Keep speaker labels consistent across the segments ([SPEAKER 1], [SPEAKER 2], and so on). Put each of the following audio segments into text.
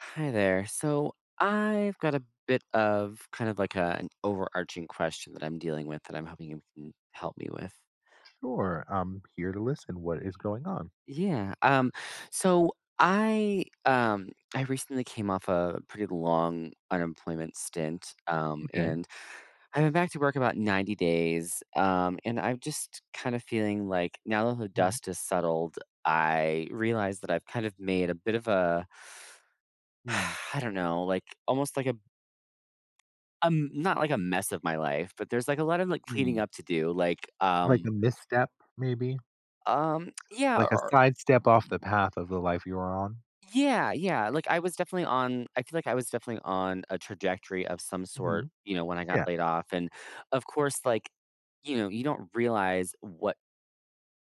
[SPEAKER 1] Hi there. So I've got a bit of kind of like an overarching question that I'm dealing with that I'm hoping you can help me with.
[SPEAKER 2] Sure, I'm here to listen. What is going on?
[SPEAKER 1] Yeah. So I recently came off a pretty long unemployment stint.
[SPEAKER 2] Okay.
[SPEAKER 1] And I've been back to work about 90 days. And I'm just kind of feeling like now that the
[SPEAKER 2] Mm,
[SPEAKER 1] dust has settled, I realize that I've kind of made a bit of a
[SPEAKER 2] mm,
[SPEAKER 1] I don't know, like almost like a not like a mess of my life, but there's like a lot of like cleaning
[SPEAKER 2] mm.
[SPEAKER 1] up to do. Like,
[SPEAKER 2] Like
[SPEAKER 1] um,
[SPEAKER 2] a misstep, maybe?
[SPEAKER 1] um, yeah,
[SPEAKER 2] Like a
[SPEAKER 1] or
[SPEAKER 2] sidestep off the path of the life you're on?
[SPEAKER 1] yeah, yeah. Like I was definitely on. I feel like I was definitely on a trajectory of some sort.
[SPEAKER 2] Mhm.
[SPEAKER 1] You know, when I got
[SPEAKER 2] Yeah,
[SPEAKER 1] laid off, and of course, like, you don't realize what.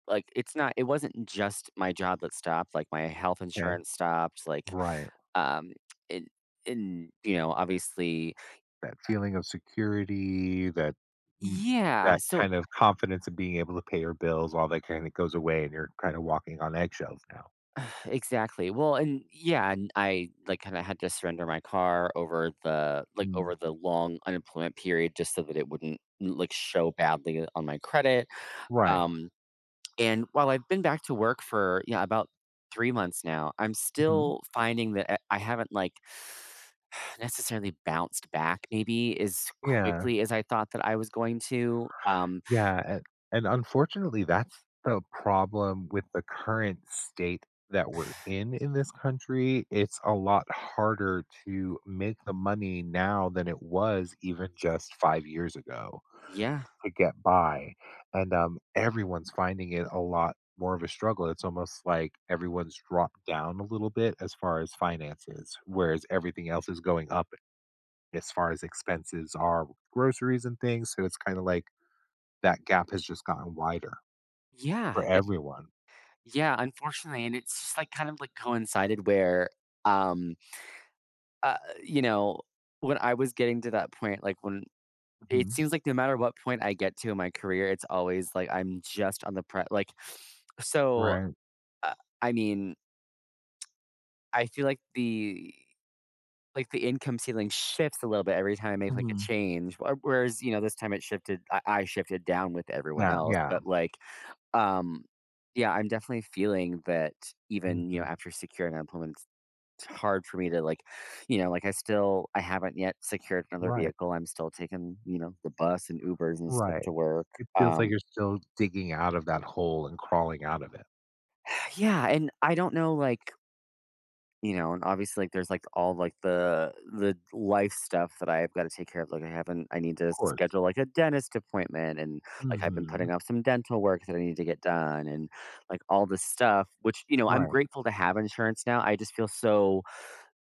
[SPEAKER 1] Like it's not. It wasn't just my job that stopped. Like my health
[SPEAKER 2] okay.
[SPEAKER 1] insurance stopped.
[SPEAKER 2] Right.
[SPEAKER 1] Um, and obviously,
[SPEAKER 2] That feeling of security, that mm,
[SPEAKER 1] yeah.
[SPEAKER 2] that
[SPEAKER 1] So
[SPEAKER 2] kind of confidence of being able to pay your bills, all that kind of goes away, and you're kind of walking on eggshells now.
[SPEAKER 1] exactly. Well, and yeah, and I like kind of had to surrender my car over the like over
[SPEAKER 2] Mm.
[SPEAKER 1] the long unemployment period just so that it wouldn't like show badly on my credit.
[SPEAKER 2] Right.
[SPEAKER 1] Um, and while I've been back to work for yeah about 3 months now, I'm
[SPEAKER 2] Mhm.
[SPEAKER 1] still finding that I haven't like necessarily bounced back maybe as
[SPEAKER 2] Yeah.
[SPEAKER 1] quickly as I thought that I was going to.
[SPEAKER 2] Yeah, and unfortunately, that's the problem with the current state that we're in this country. It's a lot harder to make the money now than it was even just 5 years ago
[SPEAKER 1] Yeah,
[SPEAKER 2] to get by, and, everyone's finding it a lot more of a struggle. It's almost like everyone's dropped down a little bit as far as finances, whereas everything else is going up as far as expenses are, groceries and things, so it's kinda like that gap has just gotten wider
[SPEAKER 1] yeah,
[SPEAKER 2] for
[SPEAKER 1] it-
[SPEAKER 2] everyone.
[SPEAKER 1] yeah. Unfortunately, and it's just like kind of like coincided where. Um, Uh, you know, when I was getting to that point, like, when it
[SPEAKER 2] Mhm.
[SPEAKER 1] seems like no matter what point I get to in my career, it's always like I'm just on the pre like, so,
[SPEAKER 2] Right.
[SPEAKER 1] uh, I mean, I feel like, the income ceiling shifts a little bit every time I make, like, a
[SPEAKER 2] Mhm.
[SPEAKER 1] change, wh whereas, you know, this time it shifted I shifted down with everyone
[SPEAKER 2] Yeah,
[SPEAKER 1] else,
[SPEAKER 2] yeah.
[SPEAKER 1] but, like, um, yeah, I'm definitely feeling that even, you know,
[SPEAKER 2] Mhm.
[SPEAKER 1] after securing unemployment hard for me to like, you know, like I still I haven't yet secured another
[SPEAKER 2] Right,
[SPEAKER 1] vehicle. I'm still taking, you know, the bus and Ubers and stuff
[SPEAKER 2] right.
[SPEAKER 1] to work.
[SPEAKER 2] It feels like
[SPEAKER 1] Um
[SPEAKER 2] you're still digging out of that hole and crawling out of it.
[SPEAKER 1] yeah, and I don't know like, you know, and obviously like there's like all like the life stuff that I've got to take care of. Like I haven't I need
[SPEAKER 2] Of
[SPEAKER 1] to
[SPEAKER 2] course.
[SPEAKER 1] schedule like a dentist appointment and like I've been
[SPEAKER 2] Mhm.
[SPEAKER 1] putting off some dental work that I need to get done and like all this stuff, which, you know, I'm
[SPEAKER 2] Right.
[SPEAKER 1] grateful to have insurance now. I just feel so.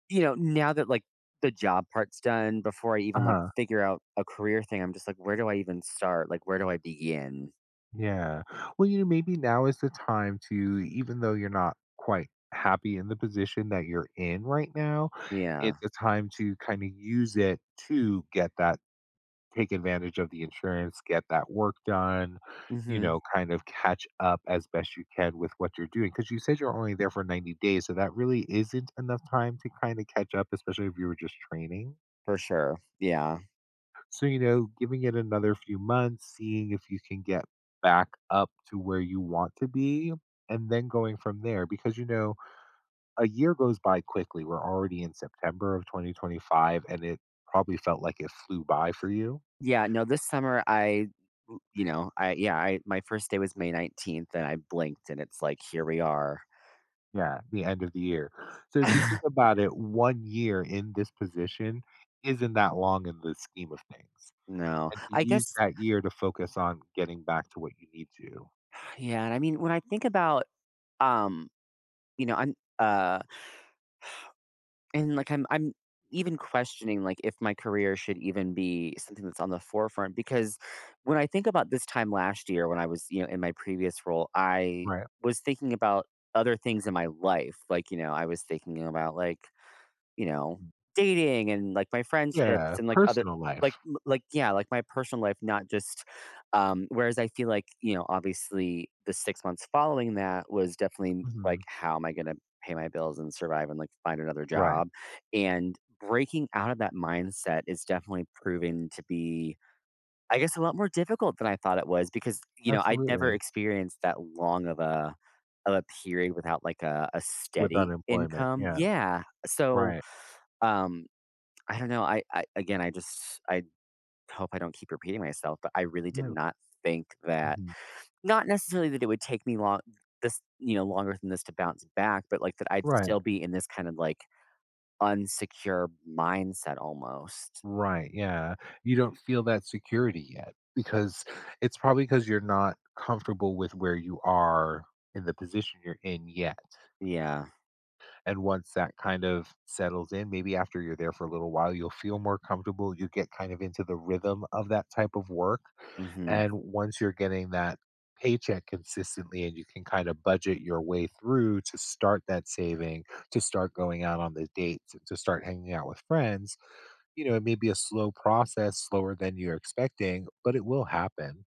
[SPEAKER 1] You know, now that, like, the job part's done, before I even, like,
[SPEAKER 2] Uh-huh.
[SPEAKER 1] figure out a career thing, I'm just like, "Where do I even start? Like, where do I begin?"
[SPEAKER 2] Yeah. Well, you know, maybe now is the time to, even though you're not quite happy in the position that you're in right now,
[SPEAKER 1] Yeah.
[SPEAKER 2] it's a time to kinda use it to get that, take advantage of the insurance, get that work done, you
[SPEAKER 1] Mhm.
[SPEAKER 2] know, kind of catch up as best you can with what you're doing. Because you said you're only there for 90 days. So that really isn't enough time to kind of catch up, especially if you were just training.
[SPEAKER 1] For sure. Yeah.
[SPEAKER 2] So, you know, giving it another few months, seeing if you can get back up to where you want to be. And then going from there, because, you know, a year goes by quickly. We're already in September of 2025, and it probably felt like it flew by for you.
[SPEAKER 1] Yeah, no, this summer, I w you know, I my first day was May 19th, and I blinked, and it's like, "Here we are."
[SPEAKER 2] Yeah, the end of the year. So if you think about it, 1 year in this position isn't that long in the scheme of things,
[SPEAKER 1] No.
[SPEAKER 2] and to
[SPEAKER 1] I guess
[SPEAKER 2] use that year to focus on getting back to what you need to.
[SPEAKER 1] yeah, and I mean, when I think about, um, you know, I'm even questioning, like, if my career should even be something that's on the forefront because when I think about this time last year when I was, you know, in my previous role, I
[SPEAKER 2] Right.
[SPEAKER 1] was thinking about other things in my life, like, you know, I was thinking about, like, you know,
[SPEAKER 2] Mhm.
[SPEAKER 1] dating and like my friendships
[SPEAKER 2] Yeah,
[SPEAKER 1] and like other
[SPEAKER 2] personal
[SPEAKER 1] like
[SPEAKER 2] life.
[SPEAKER 1] m- like yeah, like my personal life, not just, whereas I feel like, you know, obviously the 6 months following that was definitely
[SPEAKER 2] Mhm.
[SPEAKER 1] like how am I gonna pay my bills and survive and like find another
[SPEAKER 2] Right.
[SPEAKER 1] job? And breaking out of that mindset is definitely proven to be I guess a lot more difficult than I thought it was because, you know, I'd never
[SPEAKER 2] Absolutely.
[SPEAKER 1] experienced that long of a period without like a
[SPEAKER 2] With
[SPEAKER 1] steady
[SPEAKER 2] unemployment.
[SPEAKER 1] income.
[SPEAKER 2] Yeah.
[SPEAKER 1] Yeah. So
[SPEAKER 2] Right.
[SPEAKER 1] um, I don't know, I just I hope I don't keep repeating myself, but I really did
[SPEAKER 2] No.
[SPEAKER 1] not think that
[SPEAKER 2] Mhm.
[SPEAKER 1] not necessarily that it would take me long this, you know, longer than this to bounce back, but, like, that I'd
[SPEAKER 2] Right.
[SPEAKER 1] still be in this kind of, like, unsecure mindset almost.
[SPEAKER 2] Right. Yeah. You don't feel that security yet because it's probably because 'cause you're not comfortable with where you are in the position you're in yet.
[SPEAKER 1] Yeah.
[SPEAKER 2] And once that kind of settles in, maybe after you're there for a little while, you'll feel more comfortable. You get kind of into the rhythm of that type of work.
[SPEAKER 1] Mhm.
[SPEAKER 2] And once you're getting that paycheck consistently and you can kind of budget your way through to start that saving, to start going out on the dates, and to start hanging out with friends, you know, it may be a slow process, slower than you're expecting, but it will happen.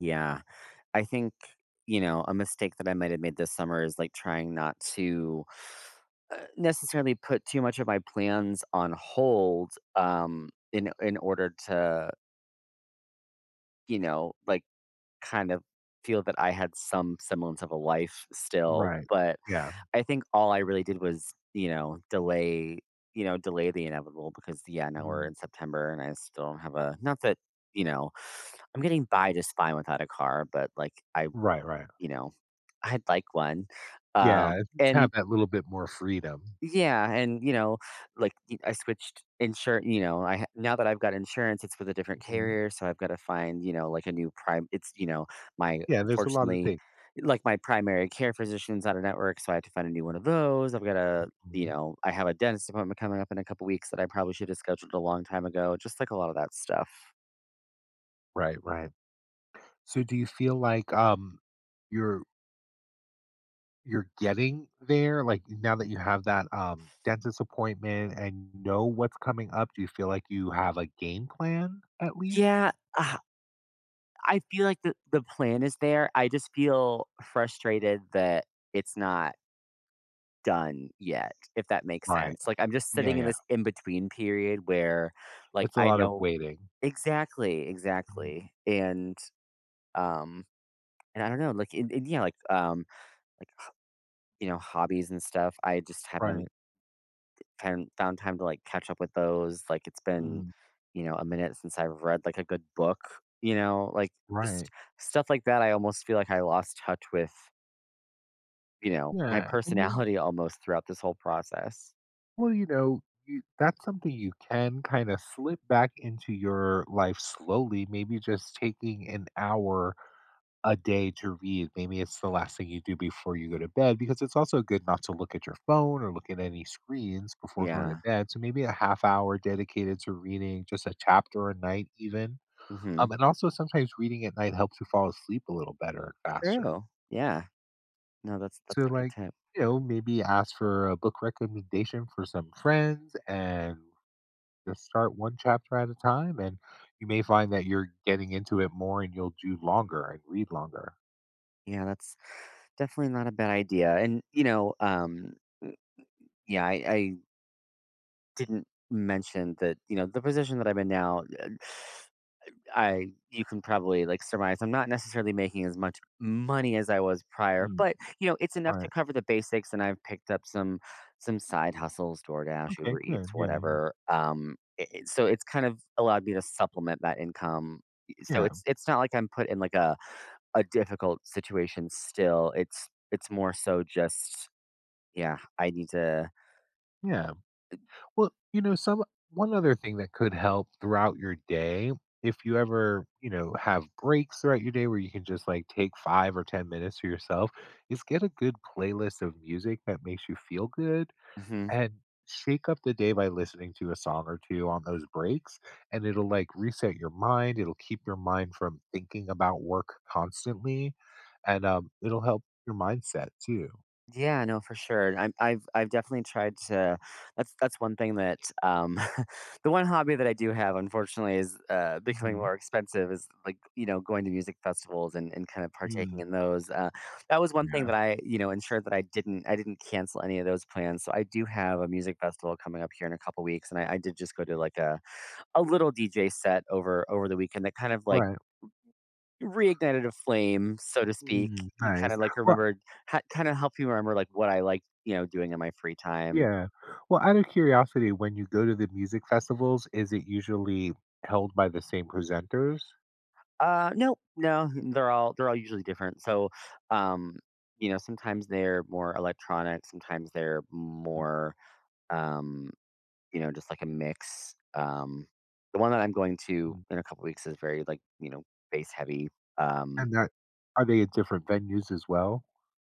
[SPEAKER 1] Yeah. I think, you know, a mistake that I might have made this summer is, like, trying not to, necessarily put too much of my plans on hold, in order to, you know, like, kind of feel that I had some semblance of a life still,
[SPEAKER 2] Right.
[SPEAKER 1] but
[SPEAKER 2] Yeah.
[SPEAKER 1] I think all I really did was, you know, delay the inevitable because yeah, now we're
[SPEAKER 2] Mm.
[SPEAKER 1] in September and I still don't have a. Not that, you know, I'm getting by just fine without a car, but like I,
[SPEAKER 2] Right, right.
[SPEAKER 1] you know, I'd like one.
[SPEAKER 2] Yeah. Have
[SPEAKER 1] And
[SPEAKER 2] that little bit more freedom.
[SPEAKER 1] yeah, and you know, like I switched insurance. You know, now that I've got insurance, it's with a different
[SPEAKER 2] Mm-hmm.
[SPEAKER 1] carrier, so I've got to find you know like a new prime. It's you know my
[SPEAKER 2] Yeah, there's a lot of
[SPEAKER 1] unfortunately,
[SPEAKER 2] things.
[SPEAKER 1] like my primary care physician's out of network, so I have to find a new one of those. I've got to you
[SPEAKER 2] Mhm.
[SPEAKER 1] know I have a dentist appointment coming up in a couple weeks that I probably should have scheduled a long time ago. Just like a lot of that stuff.
[SPEAKER 2] Right, right. So do you feel like, you're you're getting there? Like, now that you have that, dentist appointment and you know what's coming up, do you feel like you have a game plan at least?
[SPEAKER 1] Yeah, ah, I feel like the plan is there. I just feel frustrated that it's not done yet, if that makes
[SPEAKER 2] Right.
[SPEAKER 1] sense. Like, I'm just
[SPEAKER 2] Yeah,
[SPEAKER 1] sitting in
[SPEAKER 2] yeah.
[SPEAKER 1] this in between period where, like,
[SPEAKER 2] It's a
[SPEAKER 1] I
[SPEAKER 2] lot of
[SPEAKER 1] know
[SPEAKER 2] waiting.
[SPEAKER 1] exactly,
[SPEAKER 2] Mhm.
[SPEAKER 1] exactly, um, and I don't know, like, and yeah, like you know, hobbies and stuff. I just
[SPEAKER 2] Right.
[SPEAKER 1] haven't found time to like catch up with those. Like, it's been,
[SPEAKER 2] Mm,
[SPEAKER 1] you know, a minute since I've read like a good book. You know, like
[SPEAKER 2] right.
[SPEAKER 1] just stuff like that. I almost feel like I lost touch with you know my
[SPEAKER 2] Yeah, and
[SPEAKER 1] personality almost throughout this whole process.
[SPEAKER 2] you know, you that's something you can kinda slip back into your life slowly, maybe just taking an hour a day to read. Maybe it's the last thing you do before you go to bed, because it's also good not to look at your phone or look at any screens before going to
[SPEAKER 1] Yeah.
[SPEAKER 2] bed. So maybe a half hour dedicated to reading just a chapter a night, even.
[SPEAKER 1] hmm
[SPEAKER 2] And also sometimes reading at night helps you fall asleep a little better and faster.
[SPEAKER 1] True. Yeah. No, that's
[SPEAKER 2] So
[SPEAKER 1] a good
[SPEAKER 2] like,
[SPEAKER 1] tip.
[SPEAKER 2] you know, maybe ask for a book recommendation for some friends and just start one chapter at a time, and you may find that you're getting into it more and you'll do longer and read longer.
[SPEAKER 1] Yeah, that's definitely not a bad idea. And you know, yeah, I didn't mention that. You know, the position that I'm in now, I you can probably like surmise I'm not necessarily making as much money as I was prior,
[SPEAKER 2] Mm,
[SPEAKER 1] but you know, it's enough to
[SPEAKER 2] right.
[SPEAKER 1] cover the basics. And I've picked up some side hustles, DoorDash,
[SPEAKER 2] Okay,
[SPEAKER 1] Uber Eats,
[SPEAKER 2] good, yeah,
[SPEAKER 1] whatever. So it's kind of allowed me to supplement that income. So
[SPEAKER 2] yeah,
[SPEAKER 1] it's not like I'm put in like a difficult situation still. It's more so just yeah, I need to.
[SPEAKER 2] yeah. Well, you know, some one other thing that could help throughout your day, if you ever, you know, have breaks throughout your day where you can just like take 5 or 10 minutes for yourself, is get a good playlist of music that makes you feel good,
[SPEAKER 1] Mhm.
[SPEAKER 2] and shake up the day by listening to a song or 2 on those breaks, and it'll like reset your mind, it'll keep your mind from thinking about work constantly, and, it'll help your mindset too.
[SPEAKER 1] Yeah, no, for sure. I've definitely tried to. That's one thing that the one hobby that I do have, unfortunately, is becoming
[SPEAKER 2] Mhm,
[SPEAKER 1] more expensive. Is like you know going to music festivals and kind of partaking
[SPEAKER 2] mm,
[SPEAKER 1] in those. That was one thing
[SPEAKER 2] yeah,
[SPEAKER 1] that I you know ensured that I didn't cancel any of those plans. So I do have a music festival coming up here in a couple weeks, and I did just go to like a little DJ set over the weekend that kind of like
[SPEAKER 2] right.
[SPEAKER 1] reignited a flame, so to speak.
[SPEAKER 2] Mm,
[SPEAKER 1] You kind
[SPEAKER 2] nice.
[SPEAKER 1] of like
[SPEAKER 2] Well,
[SPEAKER 1] remembered, kind of helped you remember like what I like, you know, doing in my free time.
[SPEAKER 2] yeah. Well, out of curiosity, when you go to the music festivals, is it usually held by the same presenters?
[SPEAKER 1] No, they're all usually different. So, um, you know, sometimes they're more electronic, sometimes they're
[SPEAKER 2] Mm,
[SPEAKER 1] more, um, you know, just like a mix. The one that I'm going to
[SPEAKER 2] mm.
[SPEAKER 1] in a couple weeks is very like you know bass heavy. Um,
[SPEAKER 2] And that are they at different venues as well?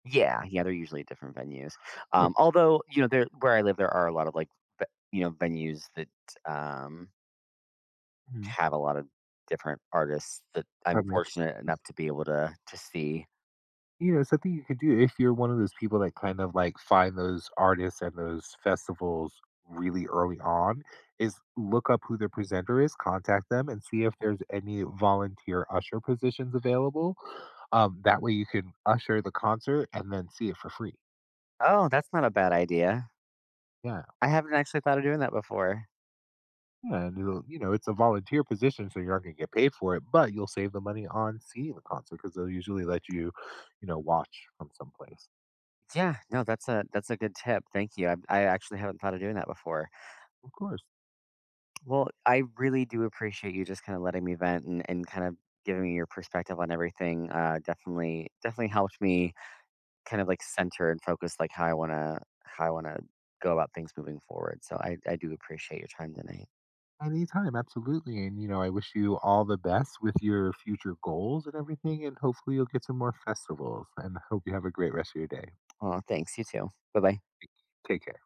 [SPEAKER 1] Yeah, yeah, they're usually at different venues.
[SPEAKER 2] Yeah.
[SPEAKER 1] Although, you know, there where I live, there are a lot of like, ve- you know, venues that um,
[SPEAKER 2] Mhm.
[SPEAKER 1] have a lot of different artists that I'm
[SPEAKER 2] Pardon me.
[SPEAKER 1] fortunate enough to be able to see.
[SPEAKER 2] You know, something you could do, if you're one of those people that kind of like find those artists and those festivals really early on, is look up who their presenter is, contact them, and see if there's any volunteer usher positions available. That way you can usher the concert and then see it for free.
[SPEAKER 1] Oh, that's not a bad idea.
[SPEAKER 2] Yeah,
[SPEAKER 1] I haven't actually thought of doing that before.
[SPEAKER 2] yeah, and it'll, you know, it's a volunteer position, so you're not going to get paid for it, but you'll save the money on seeing the concert because they'll usually let you, you know, watch from someplace.
[SPEAKER 1] Yeah, no, that's a good tip. Thank you. I actually haven't thought of doing that before.
[SPEAKER 2] Of course.
[SPEAKER 1] Well, I really do appreciate you just kind of letting me vent and kind of giving me your perspective on everything. Definitely, definitely helped me kind of, like, center and focus, like, how I wanna go about things moving forward, so I do appreciate your time tonight.
[SPEAKER 2] Anytime, absolutely. And, you know, I wish you all the best with your future goals and everything. And hopefully, you'll get some more festivals. And I hope you have a great rest of your day.
[SPEAKER 1] Oh, thanks, you too. Bye-bye.
[SPEAKER 2] Take care.